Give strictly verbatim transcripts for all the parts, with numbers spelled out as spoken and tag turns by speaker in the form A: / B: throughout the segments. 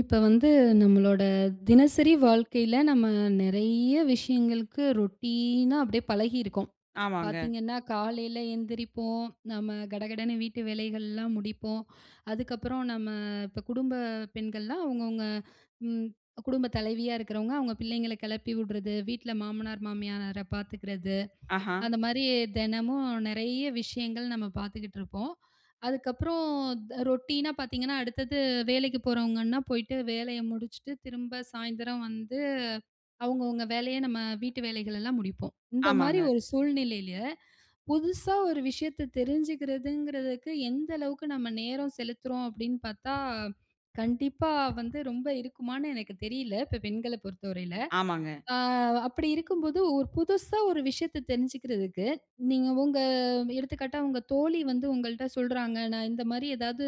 A: இப்ப வந்து நம்மளோட தினசரி வாழ்க்கையில நம்ம நிறைய விஷயங்களுக்கு ரொட்டீனா அப்படியே பழகியிருக்கோம்.
B: ஆமாங்க.
A: பார்த்தீங்கன்னா, காலையில எந்திரிப்போம், நம்ம கடகடன்னு வீட்டு வேலைகள்லாம் முடிப்போம். அதுக்கப்புறம் நம்ம இப்ப குடும்ப பெண்கள்லாம் அவங்கவங்க ம் குடும்ப தலைவியா இருக்கிறவங்க, அவங்க பிள்ளைங்கள கிளப்பி விடுறது, வீட்ல மாமனார், மாமியார பார்த்துக்கிறது.
B: ஆஹா.
A: அந்த மாரி தினமும் நெறைய விஷயங்கள் நம்ம பார்த்துக்கிட்டு இருப்போம். அதுக்கப்புறம் ரொட்டீனா பார்த்தீங்கன்னா, அடுத்தது வேலைக்கு போறவங்கன்னா போயிட்டு வேலைய முடிச்சுட்டு, திரும்ப சாயந்தரம் வந்து அவங்கவங்க வேலைய நம்ம வீட்டு வேலைகள் எல்லாம் முடிப்போம். இந்த மாரி
B: ஆமாங்க.
A: ஒரு சூழ்நிலையில, புதுசா ஒரு விஷயத்த தெரிஞ்சுக்கிறதுங்கிறதுக்கு எந்த அளவுக்கு நம்ம நேரம் செலுத்துறோம் அப்படின்னு பார்த்தா, கண்டிப்பா வந்து ரொம்ப இருக்குமான்னு எனக்கு தெரியல, இப்ப பெண்கள பொறுத்தவரையில.
B: ஆமாங்க.
A: ஆ அப்படி இருக்கும்போது, ஒரு புதுசா ஒரு விஷயத்த தெரிஞ்சுக்கிறதுக்கு, நீங்க உங்க எடுத்துக்காட்டா உங்க தோழி வந்து உங்கள்ட்ட சொல்றாங்க, "நான் இந்த மாரி ஏதாவது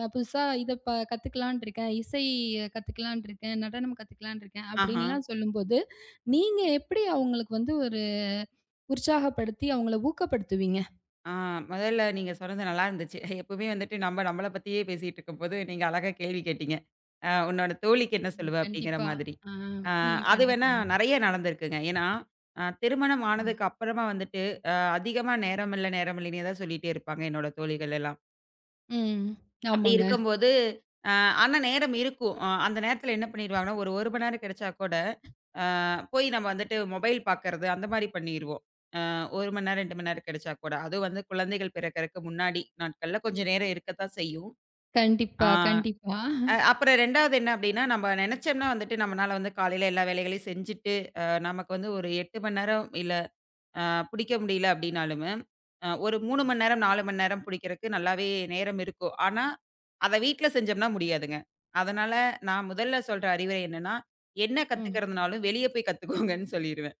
A: அ புதுசா இத ப கத்துக்கலான்ட்டு இருக்கேன். இசை கத்துக்கலான்ட்டு இருக்கேன். நடனம் கத்துக்கலான்ட்டு இருக்கேன்."
B: ஆஹா.
A: அப்படின்லாம் சொல்லும்போது, நீங்க எப்படி அவங்களுக்கு வந்து ஒரு உற்சாகப்படுத்தி அவங்கள ஊக்கப்படுத்துவீங்க?
B: ஆ முதல்ல நீங்க சொன்னது நல்லா இருந்துச்சு. எப்பவுமே வந்துட்டு நம்ம நம்மள பத்தியே பேசிட்டு இருக்கும்போது, நீங்க அழகா கேள்வி கேட்டீங்க. அ உன்னோட தோழிக்கு என்ன
A: ம்.
B: சொல்லுவ? அப்படிங்கிற
A: கண்டிப்பா.
B: மாதிரி.
A: ஆ.
B: அ
A: ம்.
B: அது வேணா
A: கண்டிப்பாங்க.
B: நெறைய நடந்திருக்குங்க. ஏன்னா, அ திருமணம்
A: ம்.
B: ஆனதுக்கு அப்புறமா வந்துட்டு, அதிகமா நேரம் இல்ல, நேரம் இல்லைன்னே தான் சொல்லிட்டே இருப்பாங்க என்னோட தோழிகள் எல்லாம்.
A: ம்.
B: அப்படி
A: ஆமாங்க.
B: இருக்கும்போது, அ ஆனா நேரம் இருக்கும். அ அந்த நேரத்தில என்ன பண்ணிருவாங்கன்னா, ஒரு 1 மணி நேரம் கிடைச்சா கூட, அ போய் நம்ம வந்துட்டு மொபைல் பார்க்கறது, அந்த மாரி பண்ணிருவோம். அ ஒரு மணி நேரம், ரெண்டு மணி நேரம் கிடைச்சா கூட. அதுவும் வந்து குழந்தைகள் பிறக்கறக்கு முன்னாடி நாட்கள்ல கொஞ்சம் நேரம் இருக்கத்தான் செய்யும். ஆ
A: கண்டிப்பா, கண்டிப்பா.
B: அ அப்புறம் 2வது என்ன அப்படின்னா, நம்ம நெனைச்சோம்னா வந்துட்டு நம்மனால வந்து காலையில எல்லா வேலைகளையும் செஞ்சுட்டு, அ நமக்கு வந்து ஒரு எட்டு மணி நேரம், இல்ல அ பிடிக்க முடியல அப்படின்னாலுமே, அ ஒரு மூணு மணி நேரம், நாலு மணி நேரம் பிடிக்கிறக்கு நல்லாவே நேரம் இருக்கும். ஆனா, அத வீட்ல செஞ்சோம்னா முடியாதுங்க. அதனால நான் முதல்ல சொல்ற அறிவுரை என்னன்னா, என்ன
A: ம்.
B: கத்துக்கிறதுனாலும் வெளிய போய் கத்துக்கோங்கன்னு சொல்லிருவேன்.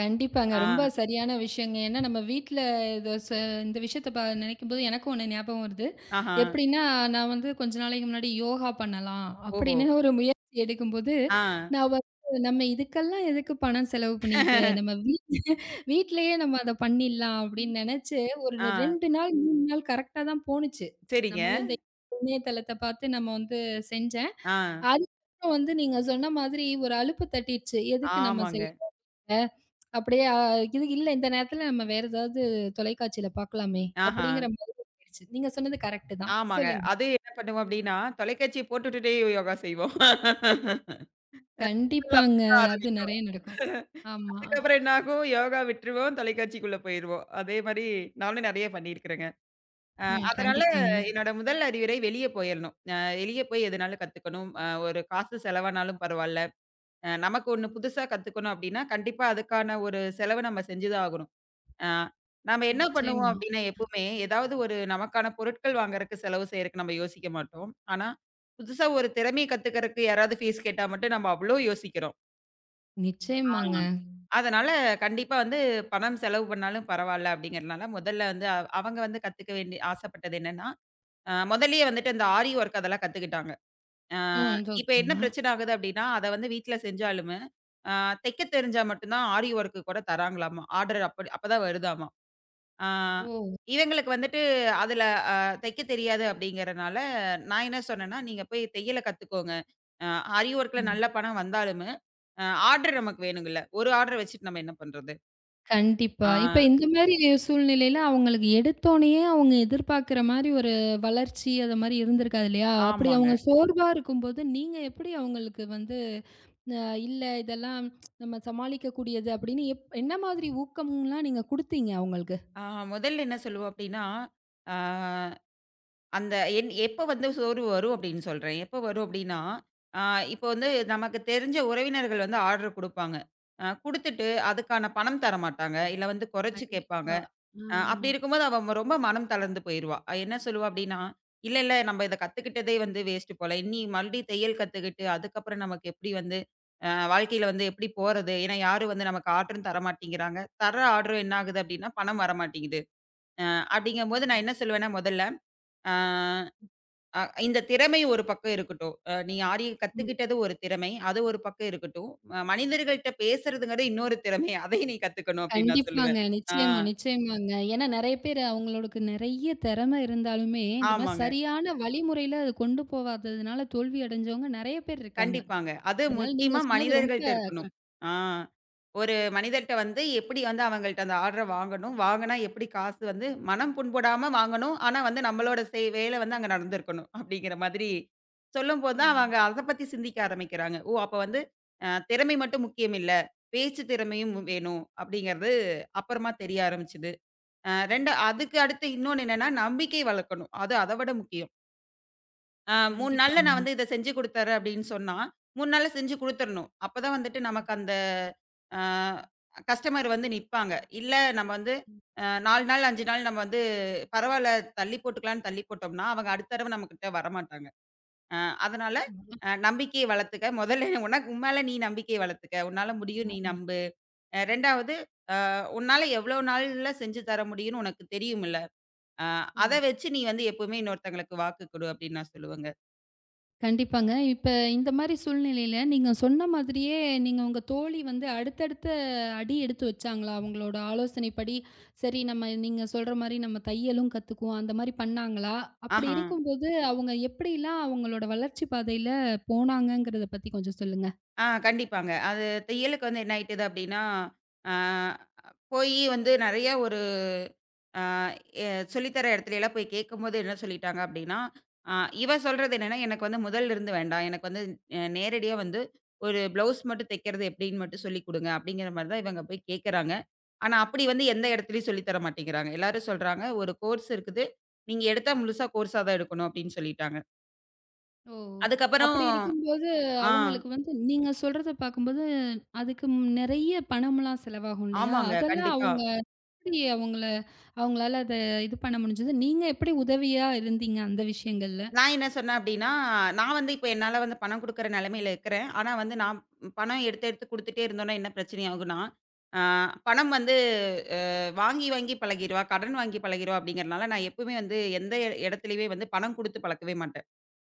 A: கண்டிப்பாங்க.
B: ஆ,
A: ரொம்ப சரியான விஷயங்க. ஏன்னா நம்ம வீட்ல இத ச இந்த விஷயத்த ப நினைக்கும்போது எனக்கும் ஒண்ணு ஞாபகம் வருது.
B: ஆஹா,
A: எப்படின்னா, நான் வந்து கொஞ்ச நாளைக்கு முன்னாடி யோகா பண்ணலாம்
B: ஓஹோ!
A: அப்படின்னு ஒரு முயற்சி எடுக்கும்போது,
B: ஆ,
A: நான் வந்து நம்ம இதுக்கெல்லாம் எதுக்கு பணம் செலவு பண்ணிட்டு, நம்ம வீட் வீட்லயே நம்ம அத பண்ணிடலாம் அப்படின்னு நினைச்சு, ஒரு
B: ஆ,
A: இரண்டு நாள், மூணு நாள் கரெக்ட்டா தான் போணுச்சு.
B: சரிங்க.
A: நம்மளும் இந்த இணையதளத்த பார்த்து நம்ம வந்து செஞ்சேன்.
B: ஆ,
A: அதுக்கப்புறம் வந்து நீங்க சொன்ன மாதிரி ஒரு அலுப்பு தட்டிடுச்சு. எதுக்கு நம்ம
B: ஆமாங்க.
A: செய்யணும்? அப்படியே அ இது இல்ல இந்த நேரத்துல நம்ம வேற ஏதாவது தொலைக்காட்சியில பார்க்கலாமே!
B: ஆஹா,
A: அப்படிங்கிற மாதிரி போயிருச்சு. நீங்க சொன்னது கரெக்ட்டு தான்.
B: ஆமாங்க.
A: சொல்லுங்க.
B: அது என்ன பண்ணுவோம் அப்படின்னா, தொலைக்காட்சிய போட்டு விட்டுட்டே யோகா செய்வோம். முதல்ல
A: கண்டிப்பாங்க.
B: அப்படித்தான்
A: அது
B: ஆரம்பிக்கும்.
A: நெறைய நடக்கும். ஆமா.
B: அதுக்கப்புறம் என்னாகும், யோகா விட்டுருவோம், தொலைக்காட்சிக்குள்ள போயிருவோம். அதே மாரி நானும் நெறைய பண்ணியிருக்கிறேங்க. அ
A: ம்.
B: அதனால
A: கண்டிப்பாங்க.
B: என்னோட முதல் அறிவுரை வெளிய போயிரணும். அ வெளிய போய் எதுனாலும் கத்துக்கணும். அ ஒரு காசு செலவானாலும் பரவால்ல. அ நமக்கு ஒண்ணு புதுசா கத்துக்கணும் அப்டின்னா, கண்டிப்பா அதுக்கான ஒரு செலவு நம்ம செஞ்சு தான் ஆகணும். அ நாம என்ன பண்ணுவோம்
A: நிச்சயமா,
B: அப்டின்னா, எப்பவுமே ஏதாவது ஒரு நமக்கான பொருட்கள் வாங்குறக்கு செலவு செய்றக்கு நம்ம யோசிக்க மாட்டோம். ஆனா, புதுசா ஒரு திறமைய கத்துக்கிறக்கு யாராவது ஃபீஸ் கேட்டா மட்டும் நம்ம அவ்ளோ யோசிக்கிறோம். ஆ.
A: நிச்சயமாங்க.
B: அதனால கண்டிப்பா வந்து பணம் செலவு பண்ணாலும் பரவால்ல அப்படிங்கிறனால, முதல்ல வந்து அவ் அவங்க வந்து கத்துக்க வேண்டிய ஆசைப்பட்டது என்னன்னா, அ முதல்லயே வந்துட்டு இந்த ஆரி ஒர்க் அதெல்லாம் கத்துக்கிட்டாங்க. அ
A: ம்.
B: இப்ப என்ன
A: ஓகேங்க.
B: பிரச்சனை ஆகுது அப்படின்னா, அத வந்து வீட்ல செஞ்சாலுமே, அ தைக்க தெரிஞ்சா மட்டும் தான் ஆரி ஒர்க்கு கூட தராங்களாமா. ஆர்டர் அப்ப அப்பதான் வருதாமா. அ
A: ஓ!
B: இவங்களுக்கு வந்துட்டு அதுல அ தைக்க தெரியாது அப்படிங்கிறனால, நான் என்ன சொன்னேன்னா, "நீங்க போய் தையல கத்துக்கோங்க. அ ஆரி ஒர்க்ல
A: ம்.
B: நல்ல பணம் வந்தாலுமே, அ ஆர்டர் நமக்கு வேணுங்கல்ல. ஒரு ஆர்டர் வச்சுட்டு நம்ம என்ன பண்றது?"
A: கண்டிப்பா.
B: ஆ,
A: இப்ப இந்த மாரி சூழ்நிலையில அவங்களுக்கு எடுத்தோனயே அவங்க எதிர்பார்க்கிற மாரி ஒரு வளர்ச்சி அது மாரி இருந்திருக்காது இல்லையா? அப்படி
B: ஆமாங்க.
A: அவங்க சோர்வா இருக்கும்போது நீங்க எப்படி அவங்களுக்கு வந்து அ இல்ல இதெல்லாம் நம்ம சமாளிக்கக்கூடியது அப்படின்னு எப் என்ன மாதிரி ஊக்கம்லாம் நீங்க குடுத்தீங்க அவங்களுக்கு?
B: ஆ முதல்ல என்ன சொல்லுவோம் அப்டின்னா, ஆ அந்த என் எப்ப வந்து சோறு வரும் அப்டின்னு சொல்றேன். எப்ப வரும் அப்டின்னா, ஆ இப்போ வந்து நமக்கு தெரிஞ்ச உறவினர்கள் வந்து ஆர்டர் குடுப்பாங்க. அ குடுத்துட்டு அதுக்கான பணம் தரமாட்டாங்க. இல்ல வந்து குறைச்சு கேட்பாங்க.
A: கண்டிப்பா. ஆ.
B: அ அப்படி இருக்கும்போது அவ ம ரொம்ப மனம் தளர்ந்து போயிருவா. அ என்ன சொல்லுவா அப்படின்னா, "இல்ல, இல்ல நம்ம இத கத்துக்கிட்டதே வந்து வேஸ்ட்டு போல. இனி மறுபடியும் தையல் கத்துக்கிட்டு, அதுக்கப்புறம் நமக்கு எப்படி வந்து அ வாழ்க்கையில வந்து எப்படி போறது? ஏன்னா யாரும் வந்து நமக்கு ஆர்டரும் தரமாட்டேங்கிறாங்க. தர ஆர்டரும் என்ன ஆகுது அப்படின்னா, பணம் வரமாட்டேங்குது." அ அப்படிங்கும்போது நான் என்ன சொல்லுவேன்னா முதல்ல, "அ அ இந்த திறமை ஒரு பக்கம் இருக்கட்டும். அ நீ ஆரிய
A: ம்.
B: கத்துக்கிட்டது ஒரு திறமை. அது ஒரு பக்கம் இருக்கட்டும். அ மனிதர்கள்ட்ட பேசுறதுங்கிறது இன்னொரு திறமை. அதையும் நீ கத்துக்கணும்." அப்படின்னு நான் சொல்லுவேன்.
A: கண்டிப்பாங்க.
B: ஆ.
A: நிச்சயமா, நிச்சயமாங்க. ஏன்னா நெறைய பேர் அவங்களுக்கு நெறைய திறமை இருந்தாலுமே, இந்த மாரி
B: ஆமாங்க.
A: சரியான வழிமுறையில அது கொண்டு போவாததுனால தோல்வி அடைஞ்சவங்க நெறைய பேர் இருக்காங்க.
B: கண்டிப்பாங்க. அது
A: அதனால நீங்க
B: முக்கியமா
A: சொன்னது ரொம்ப.
B: மனிதர்கள்ட்ட இருக்கணும். ஆ. ஒரு மனிதர்ட்ட வந்து எப்படி வந்து அவங்கள்ட்ட அந்த ஆர்டர வாங்கணும்? வாங்குனா எப்படி காசு வந்து மனம் புண்படாம வாங்கணும். ஆனா வந்து நம்மளோட செய் வேலை வந்து அங்க நடந்திருக்கணும். அப்படிங்கிற மாதிரி சொல்லும்போது தான்
A: ம்.
B: அவங்க அத பத்தி சிந்திக்க ஆரம்பிக்கிறாங்க. ஓ! அப்ப வந்து அ திறமை மட்டும் முக்கியம் இல்ல. பேச்சு திறமையும் வேணும் அப்படிங்கிறது அப்புறமா தெரிய ஆரம்பிச்சது. அ ரெண்டு அதுக்கு அடுத்து இன்னொன்னு என்னன்னா நம்பிக்கை வளர்க்கணும். அது அத விட முக்கியம். அ மூணு நாள்ல
A: கண்டிப்பாங்க.
B: நான் வந்து இத செஞ்சு குடுத்துர்றேன் அப்படின்னு சொன்னா, மூணு நாள்ல செஞ்சு குடுத்துறணும். அப்பதான் வந்துட்டு நமக்கு அந்த அ கஸ்டமர் வந்து நிப்பாங்க. இல்ல நம்ம வந்து
A: ம்.
B: அ நாலு நாள், அஞ்சு நாள் நம்ம வந்து பரவால்ல தள்ளி போட்டுக்கலாம்ன்னு தள்ளி போட்டோம்னா, அவங்க அடுத்த தடவ நம்மகிட்ட வரமாட்டாங்க. அ அதனால அ நம்பிக்கைய வளர்த்துக்க. முதல்ல உனக்கு உன் மேல நீ நம்பிக்கைய வளர்த்துக்க. உன்னால முடியும் நீ நம்பு. அ 2வது உன்னால எவ்வளோ நாள்ல செஞ்சு தர முடியும்ன்னு உனக்கு தெரியும்ல. அ அத
A: ம்.
B: வச்சு நீ வந்து எப்பவுமே இன்னொருத்தங்களுக்கு வாக்கு குடு அப்படின்னு நான் சொல்லுவேங்க.
A: கண்டிப்பாங்க. இப்ப இந்த மாரி சூழ்நிலையில நீங்க சொன்ன மாதிரியே நீங்க உங்க தோழி வந்து அடுத்தடுத்த அடி எடுத்து வச்சாங்களா? அவங்களோட ஆலோசனைப்படி, சரி நம்ம நீங்க சொல்ற மாரி நம்ம தையலும் கத்துக்குவோம். அந்த மாரி பண்ணாங்களா? அப்படி
B: ஆஹா.
A: இருக்கும்போது அவங்க எப்படிலாம் அவங்களோட வளர்ச்சி பாதையில போனாங்கங்கிறத பத்தி கொஞ்சம் சொல்லுங்க.
B: ஆ கண்டிப்பாங்க. அது தையலுக்கு வந்து என்ன ஆயிட்டுது அப்டின்னா, ஆ போயி வந்து நெறைய ஒரு ஆ எ சொல்லித்தர இடத்துலலாம் போய் கேட்கும்போது என்ன சொல்லிட்டாங்க அப்டின்னா, ஆ இவ சொல்றது என்னன்னா, எனக்கு வந்து முதல்ல இருந்து வேண்டாம். எனக்கு வந்து அ நேரடியா வந்து ஒரு ப்ளவுஸ் மட்டும் தைக்கிறது எப்டின்னு மட்டும் சொல்லிக் குடுங்க அப்டிங்கிற மாரி தான் இவங்க போய் கேட்கறாங்க. ஆனா அப்படி வந்து எந்த இடத்துலயும் சொல்லி தர மாட்டேங்கிறாங்க. எல்லாரும் சொல்றாங்க, "ஒரு கோர்ஸ் இருக்குது. நீங்க எடுத்தா முழுசா கோர்ஸா தான் எடுக்கணும்" அப்டின்னு சொல்லிட்டாங்க.
A: ஓ!
B: அதுக்கப்புறம்
A: அப்படி இருக்கும்போது,
B: ஆ
A: அவங்களுக்கு வந்து நீங்க சொல்றத பார்க்கும்போது, அதுக்கு நெறைய பணம்லாம் செலவாகும் இல்லையா?
B: ஆமாங்க.
A: அதெல்லாம்
B: கண்டிப்பா.
A: அவங்க எப்படி அவங்கள அவங்களால அத இது பண்ண முடிஞ்சது? நீங்க எப்படி உதவியா இருந்தீங்க அந்த விஷயங்கள்ல?
B: நான் என்ன சொன்னேன் அப்டின்னா, நான் வந்து இப்ப என்னால வந்து பணம் குடுக்குற நெலைமையில இருக்கிறேன். ஆனா வந்து நான் பணம் எடுத்து எடுத்து குடுத்துட்டே இருந்தோம்னா என்ன பிரச்சனை ஆகும்னா, ஆ பணம் வந்து அ வாங்கி வாங்கி பழகிருவா, கடன் வாங்கி பழகிருவா அப்டிங்கிறனால நான் எப்பவுமே வந்து எந்த எ இடத்துலயுமே வந்து பணம் குடுத்து பழக்கவே மாட்டேன்.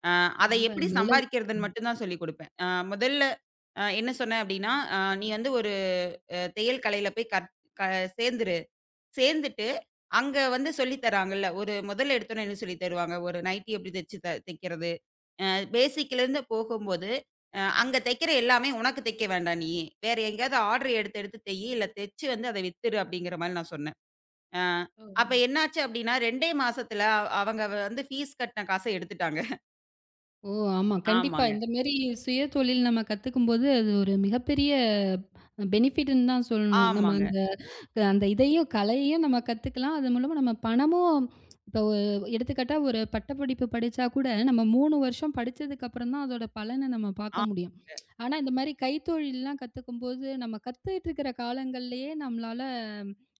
B: ஆ அத
A: ரொம்ப
B: எப்படி
A: நல்ல
B: சம்பாதிக்கிறதுன்னு
A: விஷயம்.
B: மட்டும் தான் சொல்லிக் குடுப்பேன். ஆ முதல்ல அ என்ன சொன்னேன் அப்டின்னா, அ "நீ வந்து ஒரு அஹ், தையல் கலையில போய் கற் க சேர்ந்துரு. சேர்ந்துட்டு அங்க வந்து சொல்லி தராங்கல்ல, ஒரு முதல்ல எடுத்தோனே என்ன சொல்லி தருவாங்க, ஒரு நைட்டி எப்படி தச்சு த தைக்கிறது." பேசிக்லேருந்து போகும்போது, அ அங்க தைக்கிற எல்லாமே உனக்கு தைக்க வேண்டாம் நீ. வேற எங்கேயாவது ஆர்டர் எடுத்து எடுத்து தையி, இல்ல தச்சு வந்து அத வித்துரு அப்படிங்கிற மாரி நான் சொன்னேன். அ அப்ப
A: ஓ!
B: என்னாச்சு அப்படின்னா 2டே மாசத்துல அவ- அவங்க வந்து ஃபீஸ் கட்டின காச எடுத்துட்டாங்க.
A: ஓ! ஆமா. கண்டிப்பா.
B: ஆமாங்க.
A: இந்த மாரி சுயதொழில் நம்ம கத்துக்கும்போது, அது ஒரு மிகப்பெரிய பெனிஃபிட்ன்னு தான் சொல்லணும். நம்ம
B: ஆமாங்க.
A: அந்த அந்த இதையும் கலையையும் நம்ம கத்துக்கலாம். அது மூலமா நம்ம பணமும் இப்போ ஒ எடுத்துக்காட்டா ஒரு பட்டப்படிப்பு படிச்சா கூட, நம்ம மூணு வருஷம் படிச்சதுக்கு அப்புறம் தான் அதோட பலன நம்ம
B: ஆ.
A: பார்க்க முடியும். ஆனா இந்த மாரி கைத்தொழில்லாம் கத்துக்கும்போது, நம்ம கத்துக்கிட்டு இருக்கிற காலங்கள்லயே நம்மளால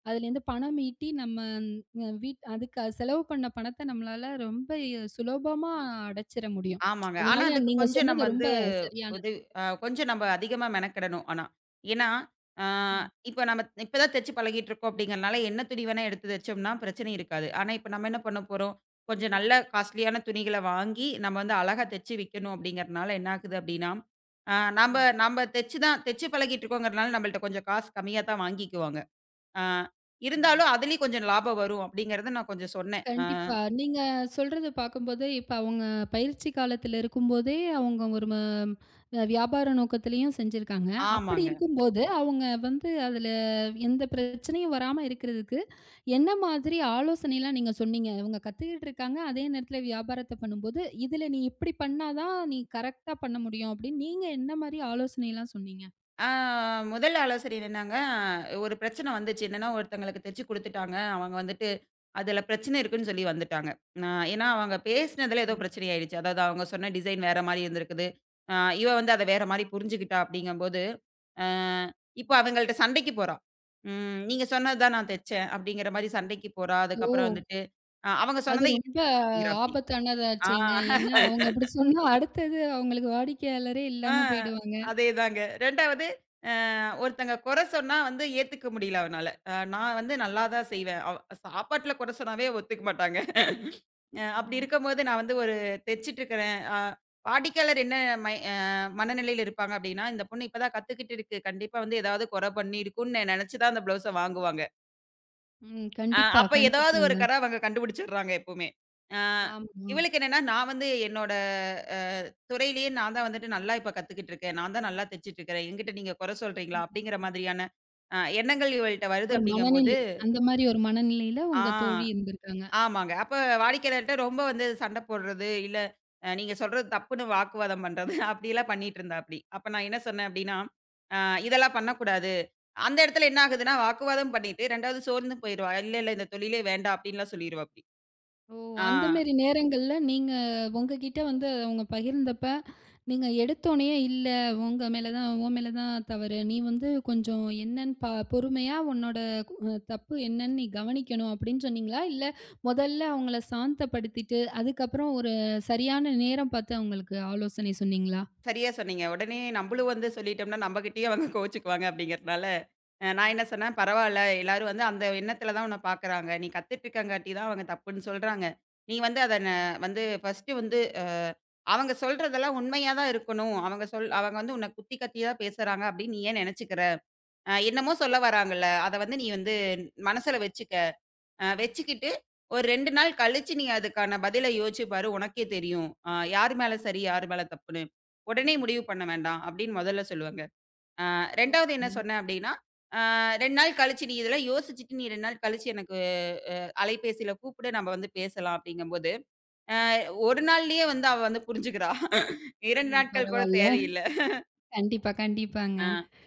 A: அதுலேருந்து பணம் ஈட்டி நம்ம அ வீட் அதுக்கு செலவு பண்ண பணத்த நம்மளால ரொம்ப சுலபமா அடைச்சிற முடியும்.
B: ஆமாங்க. ஆனா,
A: அதனால
B: அதுக்கு
A: நீங்க
B: கொஞ்சம் நம்ம
A: சொன்னது ரொம்ப
B: வந்து
A: சரியானது.
B: உதவி அ கொஞ்சம் நம்ம அதிகமா மெனக்கெடணும் ஆனா. ஏன்னா, ஆ
A: ம்.
B: இப்ப நம்ம இப்ப தான் தச்சு பழகிட்டுருக்கோம் அப்படிங்கிறனால, என்ன துணி வேணா எடுத்து தச்சோம்னா பிரச்சனை இருக்காது. ஆனா, இப்ப நம்ம என்ன பண்ண போறோம், கொஞ்சம் நல்ல காஸ்ட்லியான துணிகள வாங்கி, நம்ம வந்து அழகா தச்சு விக்கணும் அப்படிங்கிறனால என்ன ஆகுது அப்படின்னா, ஆ நம்ப
A: ம்.
B: நம்ப தச்சு தான் தச்சு பழகிட்டுருக்கோங்கிறனால நம்மள்ட்ட கொஞ்சம் காசு கம்மியா தான் வாங்கிக்குவாங்க. ஆ இருந்தாலும் அதிலயும் கொஞ்சம் லாபம் வரும் அப்படிங்கிறத நான் கொஞ்சம் சொன்னேன். ஆ
A: கண்டிப்பா. நீங்க சொல்றத பார்க்கும்போது, இப்ப அவங்க பயிற்சி காலத்துல இருக்கும்போதே, அவங்க ஒரு ம அ வியாபார நோக்கத்திலயும் செஞ்சிருக்காங்க. அப்படி
B: ஆமாங்க.
A: இருக்கும்போது, அவங்க வந்து அதுல எந்த பிரச்சனையும் வராம இருக்கிறதுக்கு, என்ன மாதிரி ஆலோசனைலாம் நீங்க சொன்னீங்க? இவங்க கத்துக்கிட்டு இருக்காங்க, அதே நேரத்துல வியாபாரத்த பண்ணும்போது, "இதுல நீ இப்படி பண்ணா தான், நீ கரெக்ட்டா பண்ண முடியும்." அப்படின்னு நீங்க என்ன மாரி ஆலோசனைலாம் சொன்னீங்க?
B: ஆ முதல் ஆலோசனை என்னன்னாங்க, ஒரு பிரச்சனை வந்துச்சு. என்னன்னா, ஒருத்தங்களுக்கு தச்சு குடுத்துட்டாங்க. அவங்க வந்துட்டு அதுல பிரச்சனை இருக்குன்னு சொல்லி வந்துட்டாங்க. அ ஏன்னா, அவங்க பேசினதுல
A: அச்சச்சோ!
B: ஏதோ பிரச்சனை ஆயிடுச்சு. அதாவது அவங்க சொன்ன டிசைன் வேற மாரி இருந்திருக்குது. அ இவ வந்து அத வேற மாரி புரிஞ்சுகிட்டா அப்படிங்கம்போது, அ இப்போ அவங்கள்ட்ட சண்டைக்கு போறா. ம் "நீங்க சொன்னது தான் நான் தச்சேன்." அப்படிங்கிற மாரி சண்டைக்கு போறா.
A: ஓ!
B: அதுக்கப்புறம் வந்துட்டு அ அவங்க
A: அது
B: சொன்னத
A: ரொம்ப
B: ஏத்துக்க மாட்டேங்கிறா அப்படி. ஆ.
A: ஆபத்தானதாச்சேங்க. ஏன்னா, அவங்க அப்படி சொன்னா அடுத்தது அவங்களுக்கு வாடிக்கையாளரே
B: ஆ
A: இல்லாம போயிடுவாங்க.
B: அதேதாங்க. 2வது அ ஒருத்தங்க குறை சொன்னா வந்து ஏத்துக்க முடியல அவனால. அ நான் வந்து நல்லா தான் செய்வேன். அவ் சாப்பாட்டுல குறை சொன்னாவே ஒத்துக்க மாட்டாங்க. அ
A: ஆ.
B: அப்படி இருக்கும்போது நான் வந்து ஒரு தைச்சுட்டு இருக்கிறேன். அ வாடிக்கையாளர் என்ன மை அ மனநிலையில இருப்பாங்க அப்படின்னா, இந்த பொண்ணு இப்ப தான் கத்துக்கிட்டு இருக்கு. கண்டிப்பா வந்து ஏதாவது குறை பண்ணியிருக்கும்னு நெனைச்சு தான் அந்த ப்ளவுஸ வாங்குவாங்க.
A: ம்.
B: அ
A: கண்டிப்பா,
B: அப்ப ஏதாவது ஒரு
A: கண்டிப்பாங்க.
B: கற அவங்க கண்டுபிடிச்சிடுறாங்க எப்பவுமே. அ
A: ஆமா.
B: இவளுக்கு என்னன்னா, நான் வந்து என்னோட அ துறையிலேயே நான் தான் வந்துட்டு நல்லா இப்ப கத்துக்கிட்டு இருக்கேன். நான் தான் நல்லா தச்சுட்டு இருக்கிறேன். என்கிட்ட நீங்க குறை சொல்றீங்களா? அப்படிங்கிற மாதிரியான அ எண்ணங்கள் இவள்ட்ட வருது
A: ஒரு
B: அப்படிங்கும்போது
A: மனநிலை. அந்த மாரி ஒரு மனநிலையில
B: ஆ
A: உங்க தோழி இருந்திருக்காங்க.
B: ஆமாங்க. அப்ப வாடிக்கையாளர்ட்ட ரொம்ப வந்து சண்டை போடுறது, இல்ல அ நீங்க சொல்றது தப்புன்னு வாக்குவாதம் பண்றது அப்படிலாம் பண்ணிட்டு இருந்தாப்படி. அப்ப நான் என்ன சொன்னேன் அப்படின்னா, அ இதெல்லாம் பண்ணக்கூடாது. அந்த இடத்துல என்ன ஆகுதுன்னா, வாக்குவாதம் பண்ணிட்டு 2வது சோர்ந்து போயிருவா. இல்ல, இல்ல இந்த தொழிலே வேண்டாம் அப்படின்லாம் சொல்லிருவாப்படி.
A: ஓ!
B: ஆ.
A: அந்த மேரி நேரங்கள்ல நீங்க உங்ககிட்ட வந்து அவங்க பகிர்ந்தப்ப, நீங்க எடுத்தோனயே இல்ல உங்க மேல தான் உன் மேல தான் தவறு. நீ வந்து கொஞ்சம் என்னன்னு பா பொறுமையா உன்னோட அ தப்பு என்னன்னு நீ கவனிக்கணும் அப்டின்னு சொன்னீங்களா? இல்ல முதல்ல அவங்கள சாந்தப்படுத்திட்டு, அதுக்கப்புறம் ஒரு சரியான நேரம் பார்த்து அவங்களுக்கு ஆலோசனை சொன்னீங்களா?
B: சரியா சொன்னீங்க. உடனே நம்பளும் வந்து சொல்லிட்டோம்னா, நம்மகிட்டயே அவங்க கோவிச்சுக்குவாங்க அப்படிங்கிறதுனால, அ நான் என்ன சொன்னேன், "பரவால்ல, எல்லாரும் வந்து அந்த எண்ணத்துல தான் உன்ன பாக்குறாங்க. நீ கத்துட்டு இருக்கங்காட்டி தான் அவங்க தப்புன்னு சொல்றாங்க. நீ வந்து அத ந வந்து ஃபர்ஸ்ட்டு வந்து அ அவங்க சொல்றதெல்லாம் உண்மையா தான் இருக்கணும். அவங்க சொல் அவங்க வந்து உன்ன குத்தி கத்தி தான் பேசுறாங்க அப்படின்னு நீ ஏன் நெனச்சுக்கிற? அ என்னமோ சொல்ல வராங்கல்ல, அத வந்து நீ வந்து மனசுல வச்சுக்க." அ வச்சுக்கிட்டு, ஒரு ரெண்டு நாள் கழிச்சு நீ அதுக்கான பதில யோசிச்சு பாரு. உனக்கே தெரியும். அ யார் மேல சரி, யார் மேல தப்புன்னு. உடனே முடிவு பண்ண வேண்டாம் அப்படின்னு முதல்ல சொல்லுவேங்க. அ 2வது என்ன
A: ஓகே.
B: சொன்னேன் அப்படின்னா, அ ரெண்டு நாள் கழிச்சு நீ இதெல்லாம் யோசிச்சுட்டு நீ ரெண்டு நாள் கழிச்சு எனக்கு அ அலைபேசியில கூப்பிடு நம்ம வந்து பேசலாம் அப்படிங்கும்போது, அ ஒரு நாள்லயே வந்து அவ வந்து புரிஞ்சுக்கிறா. இரண்டு
A: ம்
B: நாட்கள் கூட
A: பரவால்ல.
B: தேவையில்ல.
A: கண்டிப்பா, கண்டிப்பாங்க.
B: ஆ.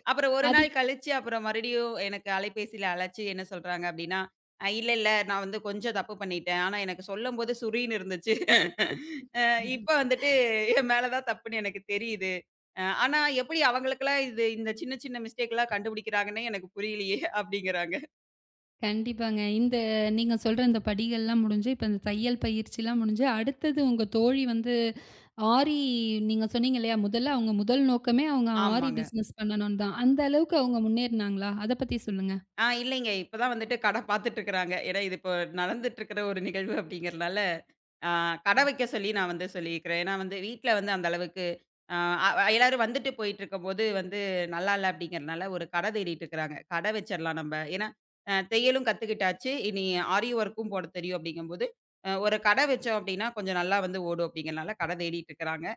B: அப்புறம் ஒரு நாள் கழிச்சு, அப்புறம் மறுபடியும் எனக்கு அலைபேசியில அழைச்சு என்ன சொல்றாங்க அப்படின்னா, "அ இல்ல, இல்ல நான் வந்து கொஞ்சம் தப்பு பண்ணிட்டேன். ஆனா எனக்கு சொல்லும்போது சுரீன்னு இருந்துச்சு. அ
A: அதுக்
B: இப்ப வந்துட்டு என் மேல தான் தப்புன்னு எனக்கு தெரியுது. அ ஆனா எப்படி அவங்களுக்கெல்லாம் இது இந்த சின்ன சின்ன மிஸ்டேக்லாம் கண்டுபிடிக்கிறாங்கன்னே எனக்கு புரியலையே" அப்படிங்கிறாங்க.
A: கண்டிப்பாங்க. இந்த நீங்க சொல்ற இந்த படிகள்லாம் முடிஞ்சு, இப்ப இந்த தையல் பயிற்சிலாம் முடிஞ்சு, அடுத்தது உங்க தோழி வந்து ஆரி நீங்க சொன்னீங்க இல்லையா? முதல்ல அவங்க முதல் நோக்கமே அவங்க ஆரி
B: ஆமாங்க.
A: பிசினஸ் பண்ணணும்னு தான். அந்த அளவுக்கு அவங்க முன்னேறுனாங்களா? அத பத்தி சொல்லுங்க.
B: ஆ இல்லைங்க. இப்ப தான் வந்துட்டு கடை பார்த்துட்டு இருக்கிறாங்க. ஏன்னா இது இப்போ நடந்துட்டு இருக்கிற ஒரு நிகழ்வு அப்படிங்கிறதுனால, ஆ கடை வைக்க சொல்லி நான் வந்து சொல்லியிருக்கிறேன். ஏன்னா வந்து வீட்ல வந்து அந்த அளவுக்கு ஆ அ எல்லாரும் வந்துட்டு போயிட்டு இருக்கும்போது வந்து நல்லா இல்ல அப்படிங்கிறனால ஒரு கடை தேடிட்டு இருக்கிறாங்க. கடை வச்சிடலாம் நம்ம. ஏன்னா அ தையலும் கத்துக்கிட்டாச்சு. இனி ஆரி ஒர்க்கும் போட தெரியும் அப்படிங்கும்போது, அ ஒரு கடை வச்சோம் அப்படின்னா கொஞ்சம் நல்லா வந்து ஓடும் அப்படிங்கிறனால கடை தேடிட்டு இருக்கிறாங்க.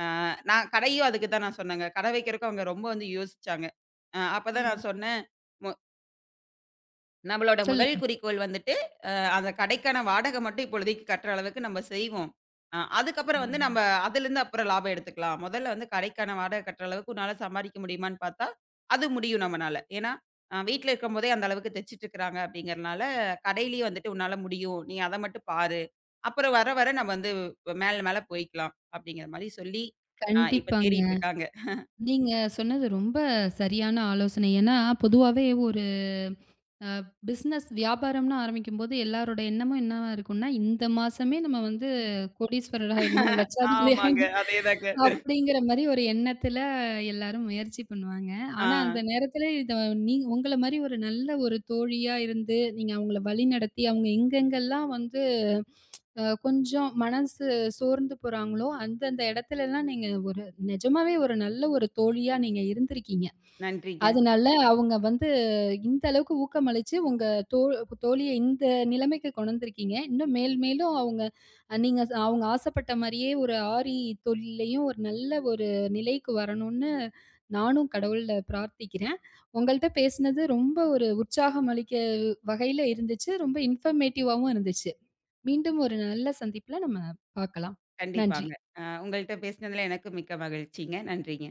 B: ஆ நான் கடையும் அதுக்கு தான் நான் சொன்னேங்க. கடை வைக்கிறதுக்கு அவங்க ரொம்ப வந்து யோசிச்சாங்க. அ அப்பதான்
A: ம்.
B: நான் சொன்னேன். மொ நம்மளோட முதல்
A: சொல்லுங்க.
B: குறிக்கோள் வந்துட்டு, அ அந்த கடைக்கான வாடகை மட்டும் இப்பொழுதைக்கு கட்டுற அளவுக்கு நம்ம செய்வோம். அ அதுக்கப்புறம் வந்து நம்ம
A: ம்.
B: அதுலேருந்து அப்புறம் லாபம் எடுத்துக்கலாம். முதல்ல வந்து கடைக்கான வாடகை கட்டுற அளவுக்கு உன்னால சம்பாரிக்க முடியுமான்னு பார்த்தா, அது முடியும் நம்மனால. ஏன்னா, அ வீட்ல இருக்கும்போதே அந்த அளவுக்கு தச்சுட்டு இருக்கிறாங்க அப்படிங்கிறனால, கடையிலேயே வந்துட்டு உன்னால முடியும். நீ அத மட்டும் பாரு. அப்புறம் வர வர நம்ம வந்து மேல மேல போய்க்கலாம். அப்படிங்கிற மாரி சொல்லி, அ இப்ப
A: கண்டிப்பாங்க.
B: தேடிட்டு இருக்காங்க.
A: நீங்க சொன்னது ரொம்ப சரியான ஆலோசனை. ஏன்னா, பொதுவாவே ஒரு அ பிசினஸ் வியாபாரம்னு ஆரம்பிக்கும்போது எல்லாரோட எண்ணமும் என்னவா இருக்கும்னா, இந்த மாசமே நம்ம வந்து கோடீஸ்வரர் ஆயிடணும், லட்சாதிபதி
B: ஆமாங்க.
A: ஆயிடணும்
B: அதேதாங்க.
A: அப்படிங்கிற மாரி ஒரு எண்ணத்துல எல்லாரும் முயற்சி பண்ணுவாங்க.
B: ஆ
A: ஆனா அந்த நேரத்துல இத நீ உங்கள மாரி ஒரு நல்ல ஒரு தோழியா இருந்து, நீங்க அவங்கள வழிநடத்தி, அவங்க எங்கெங்கெல்லாம் வந்து அ கொஞ்சம் மனசு சோர்ந்து போறாங்களோ, அந்தந்த இடத்துலலாம் நீங்க ஒரு நிஜமாவே ஒரு நல்ல ஒரு தோழியா நீங்க இருந்திருக்கீங்க.
B: நன்றிங்க.
A: அதனால அவங்க வந்து இந்த அளவுக்கு ஊக்கமளிச்சு, உங்க தோ தோழிய இந்த நிலைமைக்கு கொண்டு வந்திருக்கீங்க. இன்னும் மேல் மேலும் அவங்க அஹ், நீங்க ச- அவங்க ஆசைப்பட்ட மாரியே ஒரு ஆரி தொழில்லயும் ஒரு நல்ல ஒரு நிலைக்கு வரணும்னு நானும் கடவுள்ல பிரார்த்திக்கிறேன். உங்கள்ட்ட பேசினது ரொம்ப ஒரு உற்சாகம் அளிக்க வகையில இருந்துச்சு. ரொம்ப இன்ஃபர்மேட்டிவாவும் இருந்துச்சு. மீண்டும் ஒரு நல்ல சந்திப்புல நம்ம பார்க்கலாம். நன்றி.
B: கண்டிப்பாங்க. அ உங்கள்ட்ட பேசினதுல எனக்கும் மிக்க மகிழ்ச்சிங்க. நன்றிங்க.